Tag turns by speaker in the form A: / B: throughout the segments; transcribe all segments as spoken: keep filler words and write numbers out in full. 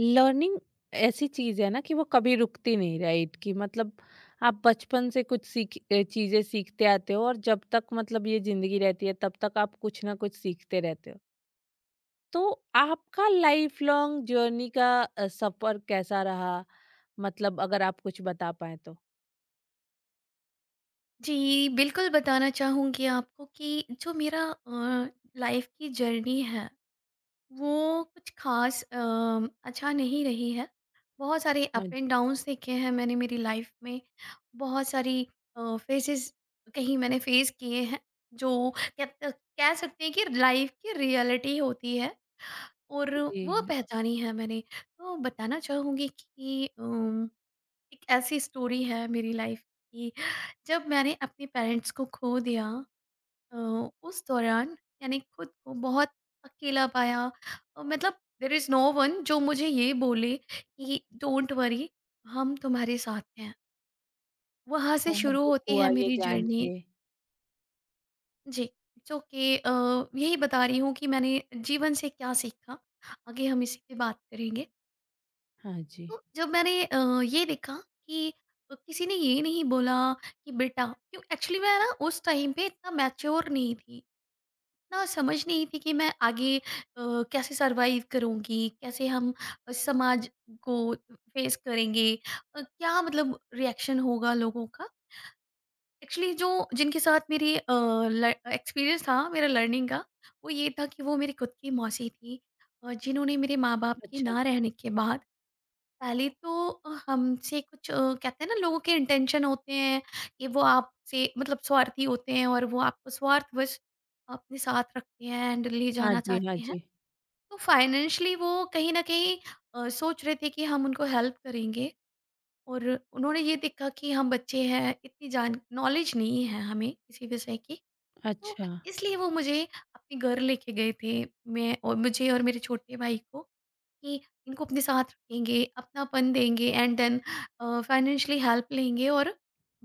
A: Learning ऐसी चीज है ना कि वो कभी रुकती नहीं, राइट? कि मतलब आप बचपन से कुछ सीख अ, चीजें सीखते आते हो और जब तक मतलब ये जिंदगी रहती है तब तक आप कुछ ना कुछ सीखते रहते हो। तो आपका लाइफ लॉन्ग जर्नी का अ, सफर कैसा रहा? मतलब अगर आप कुछ बता पाए तो।
B: जी, बिल्कुल बताना चाहूँगी आपको कि जो मेरा अ, लाइफ़ की जर्नी है, वो कुछ ख़ास अ, अच्छा नहीं रही है। बहुत सारे
A: हाँ
B: अप एंड
A: जी।
B: डाउन्स देखे हैं मैंने मेरी लाइफ़ में। बहुत सारी अ, फेसेज़ कहीं मैंने फ़ेस किए हैं, जो कह अ, कह सकते हैं कि लाइफ़ की रियलिटी होती है, और वो
A: जी।
B: पहचानी है मैंने। तो बताना चाहूँगी कि अम एक ऐसी स्टोरी है मेरी लाइफ की, जब मैंने अपने पेरेंट्स को खो दिया। अ, उस दौरान मैंने खुद को बहुत अकेला पाया। अ, मतलब देर इज़ नो वन जो मुझे ये बोले कि डोंट वरी, हम तुम्हारे साथ हैं। वहाँ से
A: बहुत
B: शुरू
A: दुख
B: होती है
A: हुआ ये
B: मेरी
A: जान
B: जर्नी।
A: के।
B: जी, इट्स ओके। यही बता रही हूँ कि मैंने जीवन से क्या सीखा। आगे हम इसी पे बात करेंगे।
A: हाँ जी।
B: तो जब मैंने अ, ये देखा कि किसी ने ये नहीं बोला कि बेटा क्यों। एक्चुअली मैं ना उस टाइम पे इतना मैच्योर नहीं थी, ना समझ नहीं थी कि मैं आगे अ, कैसे सरवाइव करूंगी, कैसे हम समाज को फेस करेंगे, अ, क्या मतलब रिएक्शन होगा लोगों का। एक्चुअली जो जिनके साथ मेरी एक्सपीरियंस था, मेरा लर्निंग का, वो ये था कि वो मेरी खुद की मौसी थी। अ, जिन्होंने मेरे माँ बाप के
A: अच्छा।
B: ना रहने के बाद पहले तो अ, हमसे कुछ अ, कहते हैं ना, लोगों के इंटेंशन होते हैं कि वो आपसे मतलब स्वार्थी होते हैं, और वो आपको स्वार्थवश अपने साथ रखते हैं एंड ले
A: हाँ
B: जाना
A: जी। हाँ
B: चाहते हैं।
A: जी।
B: तो फाइनेंशली वो कहीं ना कहीं अ, सोच रहे थे कि हम उनको हेल्प करेंगे, और उन्होंने ये देखा कि हम बच्चे हैं, इतनी जान नॉलेज नहीं है हमें किसी विषय की। तो
A: अच्छा।
B: इसलिए वो मुझे अपने घर लेके गए थे, मैं और मुझे और मेरे छोटे भाई को, कि इनको अपने साथ रखेंगे, अपनापन देंगे एंड देन फाइनेंशियली हेल्प लेंगे और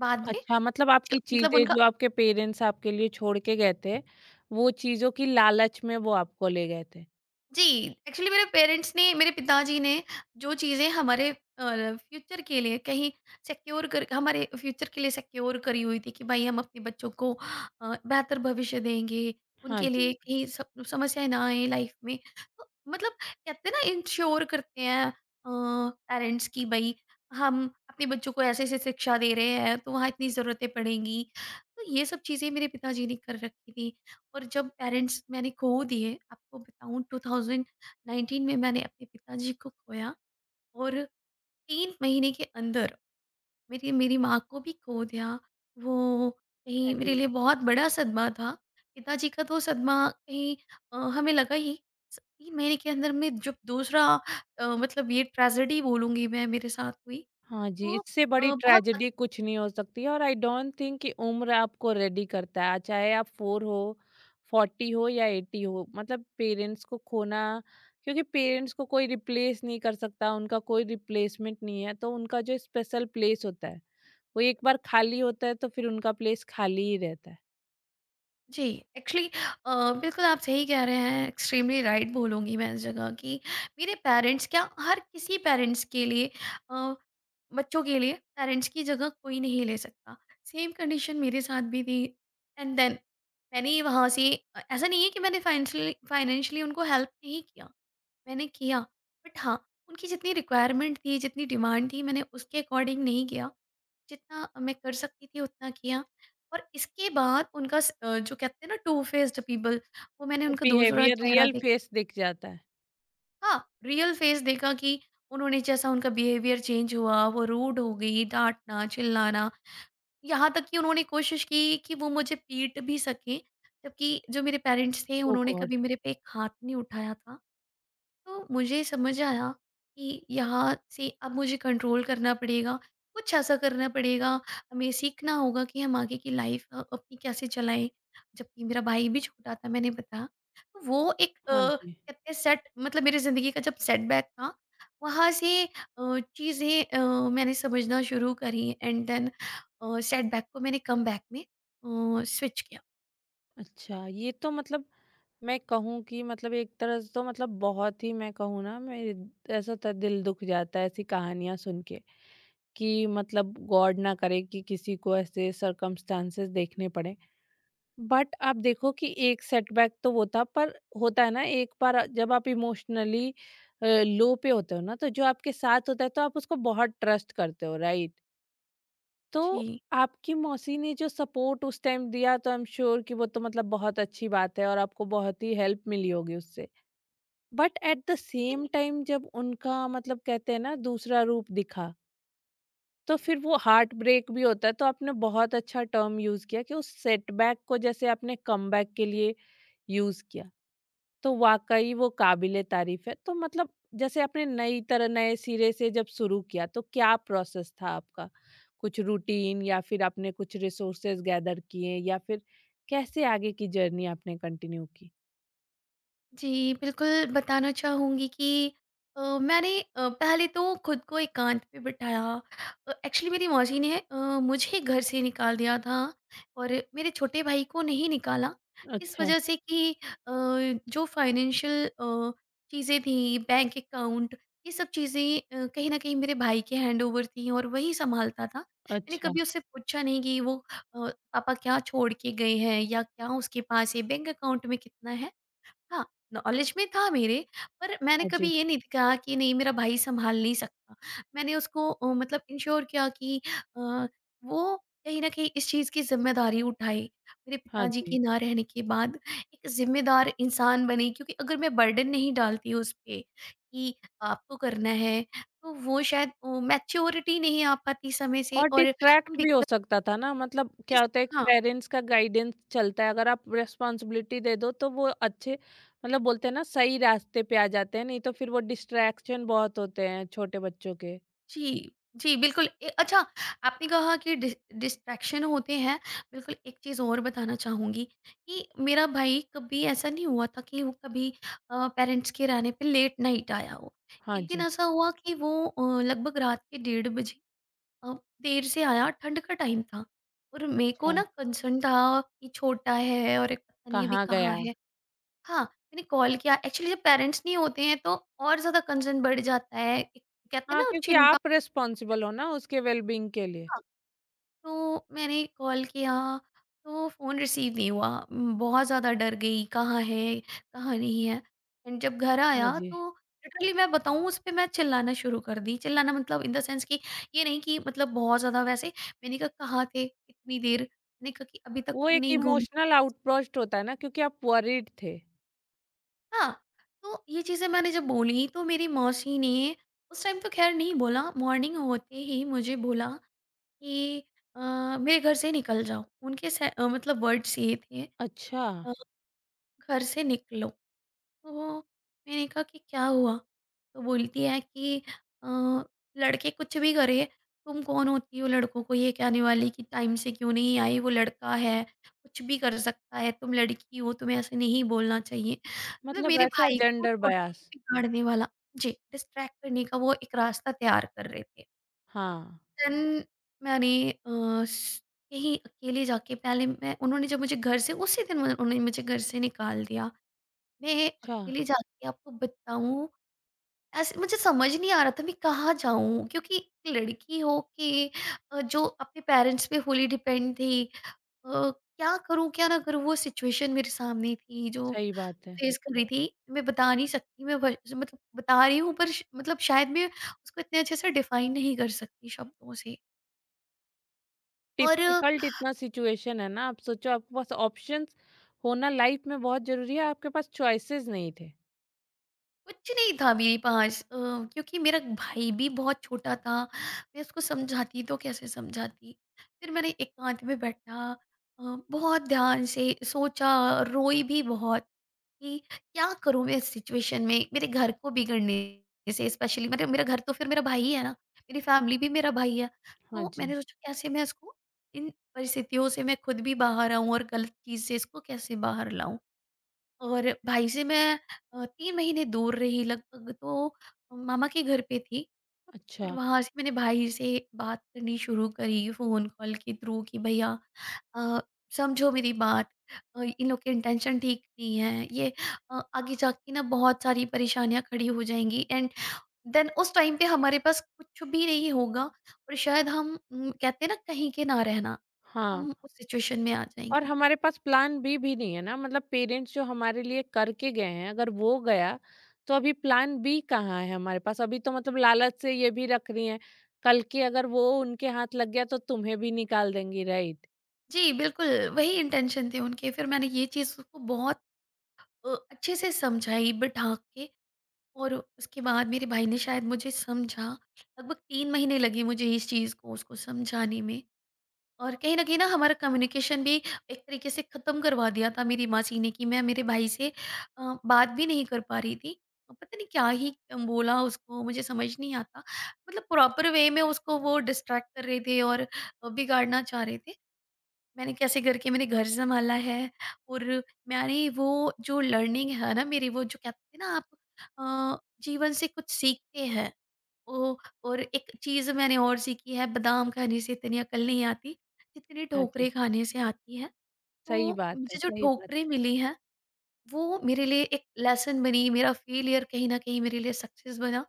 B: बाद में
A: अच्छा, मतलब आपकी
B: कुछ मतलब
A: चीज़ें
B: उनका।
A: जो आपके पेरेंट्स आपके लिए छोड़ के गए थे, वो चीज़ों की लालच में वो आपको ले गए थे।
B: जी, एक्चुअली मेरे पेरेंट्स ने, मेरे पिताजी ने, जो चीज़ें हमारे अ, फ्यूचर के लिए कहीं सिक्योर कर हमारे फ्यूचर के लिए सिक्योर करी हुई थी कि भाई हम अपने बच्चों को अ, बेहतर भविष्य देंगे,
A: हाँ
B: उनके
A: जी।
B: लिए कहीं सम समस्याएँ ना आएँ लाइफ में। तो मतलब कहते हैं ना इंश्योर करते हैं अ, पेरेंट्स कि भई हम अपने बच्चों को ऐसे-ऐसे शिक्षा दे रहे हैं, तो वहाँ इतनी ज़रूरतें पड़ेंगी। तो ये सब चीज़ें मेरे पिताजी ने कर रखी थी। और जब पेरेंट्स मैंने खो दिए, आपको बताऊँ, ट्वेंटी नाइनटीन में मैंने अपने पिताजी को खोया, और तीन महीने के अंदर मेरी मेरी माँ को भी खो दिया। वो कहीं
A: अरे!
B: मेरे लिए बहुत बड़ा सदमा था। पिताजी का तो सदमा कहीं अ, हमें लगा ही स तीन महीने के अंदर में जब दूसरा अ, मतलब ये ट्रेजेडी बोलूँगी मैं, मेरे साथ हुई।
A: हाँ जी,
B: तो
A: इससे बड़ी
B: अ, बहुत।
A: ट्रेजेडी कुछ नहीं हो सकती है, और आई डोंट थिंक कि उम्र आपको रेडी करता है, चाहे आप फ़ोर हो, फ़ोर्टी हो या एटी हो। मतलब पेरेंट्स को खोना, क्योंकि पेरेंट्स को कोई रिप्लेस नहीं कर सकता, उनका कोई रिप्लेसमेंट नहीं है, तो उनका जो स्पेशल प्लेस होता है, वो एक बार खाली होता है, तो फिर उनका प्लेस खाली ही रहता है।
B: जी, एक्चुअली बिल्कुल आप सही कह रहे हैं, एक्सट्रीमली राइट बोलूँगी मैं इस जगह कि मेरे पेरेंट्स क्या, हर किसी पेरेंट्स के लिए अ, बच्चों के लिए पेरेंट्स की जगह कोई नहीं ले सकता। सेम कंडीशन मेरे साथ भी थी एंड देन मैंने वहाँ से अ, ऐसा नहीं है कि मैंने फाइनेंशियली फाइनेंशियली उनको हेल्प नहीं किया, मैंने किया। बट हाँ, उनकी जितनी रिक्वायरमेंट थी, जितनी डिमांड थी, मैंने उसके अकॉर्डिंग नहीं किया, जितना मैं कर सकती थी उतना किया। और इसके बाद उनका स- अ, जो कहते हैं ना टू फेस्ड पीपल, वो मैंने उनका दूसरा
A: बिहेवियर
B: चेहरा
A: रियल
B: देखा।
A: फेस दिख जाता है।
B: हाँ, रियल फेस देखा कि उन्होंने जैसा, उनका बिहेवियर चेंज हुआ, वो रूड हो गई, डांटना, चिल्लाना। यहाँ तक कि उन्होंने कोशिश की कि वो मुझे पीट भी सकें, जबकि जो मेरे पेरेंट्स थे
A: ओह
B: उन्होंने
A: गॉड!
B: कभी मेरे पे एक हाथ नहीं उठाया था। तो मुझे समझ आया कि यहाँ से अब मुझे कंट्रोल करना पड़ेगा, कुछ ऐसा करना पड़ेगा, हमें सीखना होगा कि हम आगे की लाइफ अ, अपनी कैसे चलाएँ। जबकि मेरा भाई भी छोटा था, मैंने बताया, तो वो एक
A: हाँ
B: अ,
A: जी।
B: कहते हैं सेट मतलब मेरी ज़िंदगी का जब सेटबैक था, वहाँ से अ, चीज़ें अ, मैंने समझना शुरू करी एंड देन अ, सेटबैक को मैंने कमबैक में अ, स्विच किया।
A: अच्छा, ये तो मतलब मैं कहूँ कि मतलब एक तरह से तो मतलब बहुत ही मैं कहूँ ना, मेरे ऐसा त दिल दुख जाता है ऐसी कहानियाँ सुन के कि मतलब गॉड ना करे कि किसी को ऐसे सर्कमस्टेंसेस देखने पड़े। बट आप देखो कि एक सेटबैक तो वो था, पर होता है ना एक बार जब आप इमोशनली अ, लो पे होते हो ना, तो जो आपके साथ होता है तो आप उसको बहुत ट्रस्ट करते हो, राइट? तो
B: जी।
A: आपकी मौसी ने जो सपोर्ट उस टाइम दिया तो आई एम श्योर कि वो तो मतलब बहुत अच्छी बात है, और आपको बहुत ही हेल्प मिली होगी उससे। But at the same time जब उनका मतलब कहते हैं ना दूसरा रूप दिखा, तो फिर वो हार्ट ब्रेक भी होता है, तो आपने बहुत अच्छा टर्म यूज़ किया कि उस सेटबैक को जैसे आपने कमबैक के लिए यूज़ किया। तो वाकई वो काबिले तारीफ है। तो मतलब जैसे आपने नई तरह नए सिरे से जब शुरू किया, तो क्या प्रोसेस था आपका? कुछ रूटीन, या फिर आपने कुछ रिसोर्सेज गैदर किए, या फिर कैसे आगे की जर्नी आपने कंटिन्यू की?
B: जी, बिल्कुल बताना चाहूँगी कि अ, मैंने अ, पहले तो खुद को एकांत में बिठाया। अ, एक्चुअली मेरी मौसी ने अ, मुझे घर से निकाल दिया था, और मेरे छोटे भाई को नहीं निकाला। इस
A: अच्छा।
B: वजह से कि अ, जो फाइनेंशियल अ, चीज़ें थीं, बैंक अकाउंट, ये सब चीज़ें अ, कहीं न कहीं मेरे भाई के हैंडओवर थीं, और वही सँभालता था। मैंने
A: अच्छा।
B: कभी उससे पूछा नहीं कि वो अ, पापा क्या छोड़ के गए हैं या क्या उसके पास है, बैंक अकाउंट में कितना है? हाँ, नॉलेज में था मेरे, पर मैंने
A: हाँ
B: कभी
A: जी।
B: ये नहीं कहा कि नहीं, मेरा भाई सँभाल नहीं सकता। मैंने उसको अ, मतलब इंश्योर किया कि अ, वो कहीं न कहीं इस चीज़ की ज़िम्मेदारी उठाए। मेरे
A: हाँ
B: पिताजी
A: जी।
B: के ना रहने के बाद एक ज़िम्मेदार इंसान बने, क्योंकि अगर मैं बर्डन नहीं डालती उस पे कि आपको करना है, तो वो शायद अ, मैच्योरिटी नहीं आ पाती समय से
A: और
B: और हम
A: डिस्ट्रैक्ट भी हो
B: बिगड़
A: सकता था ना, मतलब क्या
B: जिस
A: होता है एक
B: हाँ।
A: पेरेंट्स का गाइडेंस चलता है, अगर आप रिस्पॉन्सिबिलिटी दे दो तो वो अच्छे मतलब बोलते हैं ना सही रास्ते पे आ जाते हैं, नहीं तो फिर वो डिस्ट्रैक्शन बहुत होते हैं छोटे बच्चों के।
B: जी, जी, बिल्कुल। ए अच्छा, आपने कहा कि डिस डिस्ट्रैक्शन होते हैं, बिल्कुल। एक चीज़ और बताना चाहूँगी कि मेरा भाई कभी ऐसा नहीं हुआ था कि वो कभी अ, पेरेंट्स के रहने पे लेट नाइट आया हो।
A: हाँ
B: एक दिन
A: जी।
B: ऐसा हुआ कि वो अ, लगभग रात के डेढ़ बजे अ, देर से आया, ठंड का टाइम था, और मेरे को
A: अच्छा,
B: ना कंसर्न था कि छोटा है और एक पता नहीं अभी
A: कहाँ
B: कहाँ
A: गया?
B: है। हाँ, मैंने कॉल किया। एक्चुअली जब पेरेंट्स नहीं होते हैं, तो और ज़्यादा कंसर्न बढ़ जाता है। एक कहते हैं
A: हाँ,
B: ना
A: क्योंकि
B: चिंता।
A: आप रिस्पॉन्सिबल हो ना उसके वेलबीइंग के लिए।
B: तो मैंने कॉल किया, तो फ़ोन रिसीव नहीं हुआ। उम, बहुत ज़्यादा डर गई, कहाँ है, कहाँ नहीं है। एंड जब घर आया,
A: हाँ जी,
B: तो लिटरली मैं बताऊँ, उस पे मैं चिल्लाना शुरू कर दी। चिल्लाना मतलब इन द सेंस कि ये नहीं कि मतलब बहुत ज़्यादा, वैसे मैंने कहा, कहाँ थे इतनी देर? मैंने कहा कि अभी तक
A: वो
B: तुम
A: एक
B: नहीं घूम...
A: इमोशनल आउटबर्स्ट होता है ना, क्योंकि आप वरीड थे।
B: हाँ, तो ये चीज़ें मैंने जब बोली, तो मेरी मौसी ने उस टाइम तो ख़ैर नहीं बोला, मॉर्निंग होते ही मुझे बोला कि अ, मेरे घर से निकल जाओ। उनके से अ, मतलब वर्ड्स ये थे,
A: अच्छा,
B: अ, घर से निकलो। तो मैंने कहा कि क्या हुआ? तो बोलती है कि अ, लड़के कुछ भी करे, तुम कौन होती हो लड़कों को ये कहने वाली कि टाइम से क्यों नहीं आई, वो लड़का है कुछ भी कर सकता है, तुम लड़की हो तुम्हें ऐसे नहीं बोलना चाहिए, मतलब
A: मतलब
B: मेरे
A: ऐसा
B: भाई को
A: जेंडर
B: टोटली
A: बायस।
B: बिगाड़ने वाला, जी, डिस्ट्रैक्ट करने का वो एक रास्ता तैयार कर रहे थे।
A: हाँ।
B: देन मैंने अ, स- कहीं अकेले जाके, पहले मैं, उन्होंने जब मुझे घर से उसी दिन उन्होंने मुझे घर से निकाल दिया। मैं
A: अच्छा।
B: अकेले जाके, आपको बताऊँ, ऐसे मुझे समझ नहीं आ रहा था मैं कहाँ जाऊँ, क्योंकि एक लड़की हो के अ, जो अपने पेरेंट्स पे फुली डिपेंड थी, अ, क्या करूँ क्या ना करूँ, वो सिचुएशन मेरे सामने थी जो
A: सही बात है।
B: फेस कर रही थी। मैं बता नहीं सकती, मैं वही- मतलब बता रही हूँ, पर श- मतलब शायद मैं उसको इतने अच्छे से डिफाइन नहीं कर सकती शब्दों से। और
A: डिफ़िकल्ट इतना सिचुएशन है ना, आप सोचो आपके पास ऑप्शंस होना लाइफ़ में बहुत ज़रूरी है, आपके पास चॉइसेस नहीं थे।
B: कुछ नहीं था मेरे पास अ, क्योंकि मेरा भाई भी बहुत छोटा था, मैं उसको समझाती तो कैसे समझाती। फिर मैंने एकांत में बैठा अ, बहुत ध्यान से सोचा, रोई भी बहुत, कि क्या करूं मैं इस सिचुएशन में, मेरे घर को बिगड़ने से, स्पेशली मेरे मेरा घर तो फिर मेरा भाई ही है ना, मेरी फैमिली भी मेरा भाई है।
A: हाँ
B: तो
A: जी।
B: मैंने सोचा कैसे मैं इसको इन परिस्थितियों से मैं खुद भी बाहर आऊं, और गलत चीज से इसको कैसे बाहर लाऊं। और भाई से मैं अ, तीन महीने दूर रही लगभग, तो मामा के घर पे थी। फिर
A: अच्छा।
B: वहाँ से मैंने भाई से बात करनी शुरू करी फ़ोन कॉल के थ्रू कि भैया, अ, समझो मेरी बात, अ, इन लोग के इंटेंशन ठीक नहीं है। ये अ, आगे जाके ना बहुत सारी परेशानियाँ खड़ी हो जाएँगी एंड देन उस टाइम पे हमारे पास कुछ भी नहीं होगा, और शायद हम उम, कहते हैं ना, कहीं के ना रहना,
A: हाँ।
B: हम उस सिचुएशन में आ
A: और
B: जाएँगे।
A: हमारे पास प्लान बी भी नहीं है ना, मतलब पेरेंट्स जो हमारे लिए करके गए हैं अगर वो गया तो अभी प्लान बी कहाँ है हमारे पास? अभी तो मतलब लालच से ये भी रख रही हैं, कल की अगर वो उनके हाथ लग गया तो तुम्हें भी निकाल देंगी, राइट?
B: जी, बिल्कुल, वही इंटेंशन थी उनके। फिर मैंने ये चीज़ उसको बहुत अ, अच्छे से समझाई बिठा के, और उसके बाद मेरे भाई ने शायद मुझे समझा। लगभग तीन महीने लगे मुझे इस चीज़ को उसको समझाने में, और कहीं न कहीं ना हमारा कम्युनिकेशन भी एक तरीके से ख़त्म करवा दिया था मेरी मासी ने कि मैं मेरे भाई से अ, बात भी नहीं कर पा रही थी। अ, पता नहीं क्या ही अ, बोला उसको, मुझे समझ नहीं आता। मतलब प्रॉपर वे में उसको वो डिस्ट्रैक्ट कर रहे थे, और अ, बिगाड़ना चाह रहे थे। मैंने कैसे करके मैंने घर सँभाला है, और मैंने वो जो लर्निंग है ना मेरी, वो जो कहते हैं ना, आप अ, जीवन से कुछ सीखते हैं। ओ, और एक चीज़ मैंने और सीखी है, बादाम खाने से इतनी अकल नहीं आती, जितनी
A: हाँ जी।
B: ठोकरें खाने से आती है। तो
A: सही बात है,
B: मुझे जो
A: सही बात है।
B: ठोकरें मिली हैं, वो मेरे लिए एक लेसन बनी, मेरा फेलियर कहीं न कहीं मेरे लिए सक्सेस बना।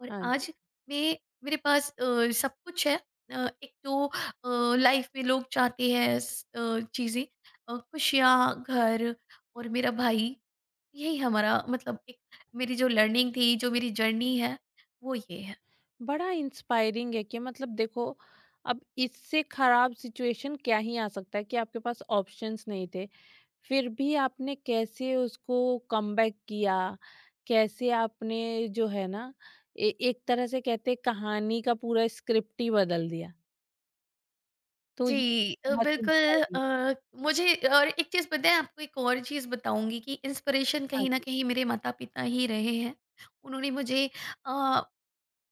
B: और
A: हाँ जी।
B: आज मैं, मेरे पास अ, सब कुछ है। अ, एक तो अ, लाइफ में लोग चाहते हैं स अ, चीज़ें, अ, खुशियाँ, घर और मेरा भाई। यही हमारा मतलब एक, मेरी जो लर्निंग थी, जो मेरी जर्नी है, वो ये है।
A: बड़ा इंस्पायरिंग है कि मतलब देखो, अब इससे खराब सिचुएशन क्या ही आ सकता है कि आपके पास ऑप्शंस नहीं थे, फिर भी आपने कैसे उसको कमबैक किया? कैसे आपने जो है ना ए एक तरह से कहते हैं कहानी का पूरा स्क्रिप्ट ही बदल दिया। तो ये
B: जी, अ,
A: बहुत
B: बिल्कुल,
A: इंस्पायरिंग।
B: अ, मुझे और एक चीज़ बताएँ, आपको एक और चीज़ बताऊँगी कि इंस्पिरेशन
A: हाँ
B: कहीं न
A: जी।
B: कहीं मेरे माता-पिता ही रहे हैं। उन्होंने मुझे अ,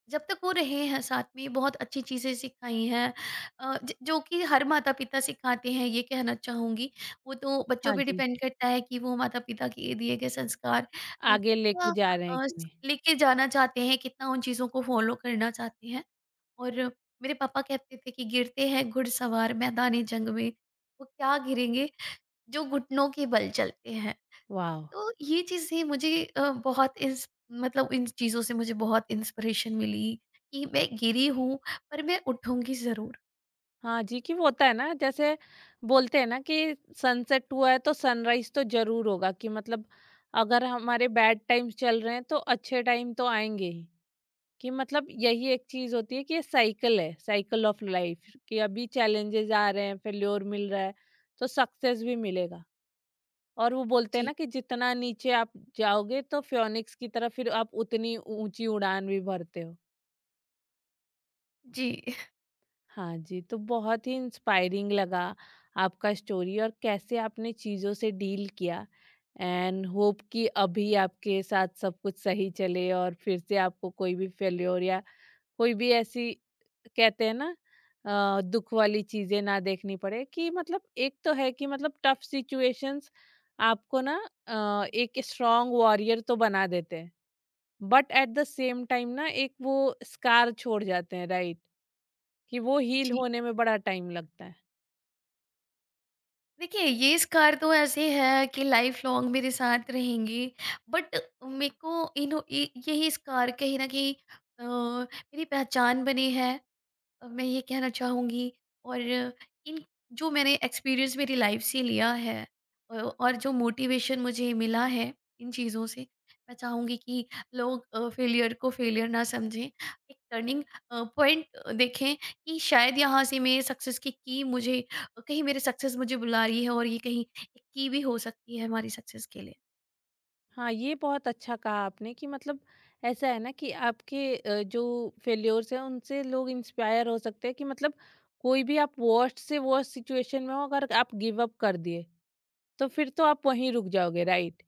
B: जब तक वो रहे हैं साथ में, बहुत अच्छी चीज़ें सिखाई हैं, अ, ज जो कि हर माता-पिता सिखाते हैं, ये कहना चाहूँगी। वो तो बच्चों
A: हाँ
B: पे
A: जी।
B: डिपेंड करता है कि वो माता-पिता के दिए गए संस्कार अ,
A: आगे लेके
B: कितना
A: जा रहे हैं
B: अ,
A: कि नहीं।
B: लेके जाना चाहते हैं, कितना उन चीज़ों को फ़ॉलो करना चाहते हैं। और मेरे पापा कहते थे कि गिरते हैं घुड़सवार मैदानी जंग में, वो क्या गिरेंगे जो घुटनों के बल चलते हैं।
A: वाव!
B: तो ये चीज़ें मुझे अ, बहुत इंस मतलब इन चीज़ों से मुझे बहुत इंस्पिरेशन मिली कि मैं गिरी हूँ, पर मैं उठूंगी ज़रूर।
A: हाँ जी, कि वो होता है ना, जैसे बोलते हैं ना कि सनसेट हुआ है तो सनराइज़ तो ज़रूर होगा, कि मतलब अगर हमारे बैड टाइम्स चल रहे हैं तो अच्छे टाइम तो आएँगे ही। कि मतलब यही एक चीज होती है कि ये साइकिल है, साइकिल ऑफ लाइफ, कि अभी चैलेंजेस आ रहे हैं, फेल्योर मिल रहा है, तो सक्सेस भी मिलेगा। और वो बोलते हैं
B: जी,
A: ना कि जितना नीचे आप जाओगे तो फ्योनिक्स की तरह फिर आप उतनी ऊंची उड़ान भी भरते हो।
B: जी,
A: हाँ जी, तो बहुत ही इंस्पायरिंग लगा आपका स्टोरी, और कैसे आपने चीज़ों से डील किया, एंड होप कि अभी आपके साथ सब कुछ सही चले, और फिर से आपको कोई भी फेल्योर या कोई भी ऐसी, कहते हैं ना, अ, दुख वाली चीजें ना देखनी पड़े, कि मतलब एक तो है कि मतलब टफ सिचुएशंस आपको ना अ, एक स्ट्रांग वॉरियर तो बना देते हैं, but at the same time ना एक वो स्कार छोड़ जाते हैं, राइट? कि वो हील
B: जी।
A: होने में बड़ा टाइम लगता है।
B: देखिए, ये स्कार तो ऐसे हैं कि लाइफ़ लॉन्ग मेरे साथ रहेंगे, बट मेरे को इन्हों इ यही स्कार कहीं न कहीं अ, मेरी पहचान बने हैं। अ, मैं ये कहना चाहूँगी, और इन, जो मैंने एक्सपीरियंस मेरी लाइफ से लिया है अ, और जो मोटिवेशन मुझे मिला है इन चीज़ों से, मैं चाहूँगी कि लोग अ, फेलियर को फेलियर ना समझें। एक टर्निंग अ, पॉइंट देखें कि शायद यहाँ से मेरे सक्सेस की की मुझे, कहीं मेरे सक्सेस मुझे बुला रही है, और ये कहीं एक की भी हो सकती है हमारी सक्सेस के लिए।
A: हाँ, ये बहुत अच्छा कहा आपने, कि मतलब ऐसा है ना कि आपके अ, जो फेल्योर्स हैं उनसे लोग इंस्पायर हो सकते हैं, कि मतलब कोई भी आप वर्स्ट से वर्स्ट सिचुएशन में हो, अगर आप गिव अप कर दिए तो फिर तो आप वहीं रुक जाओगे, राइट?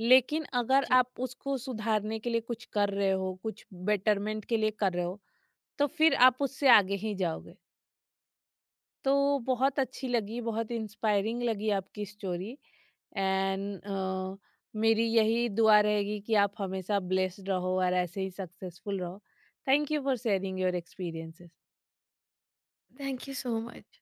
A: लेकिन अगर
B: जी,
A: आप उसको सुधारने के लिए कुछ कर रहे हो, कुछ बेटरमेंट के लिए कर रहे हो, तो फिर आप उससे आगे ही जाओगे। तो बहुत अच्छी लगी, बहुत इंस्पायरिंग लगी आपकी स्टोरी। एंड मेरी यही दुआ रहेगी कि आप हमेशा ब्लेस्ड रहो और ऐसे ही सक्सेसफुल रहो। Thank you for sharing your experiences.
B: Thank you so much.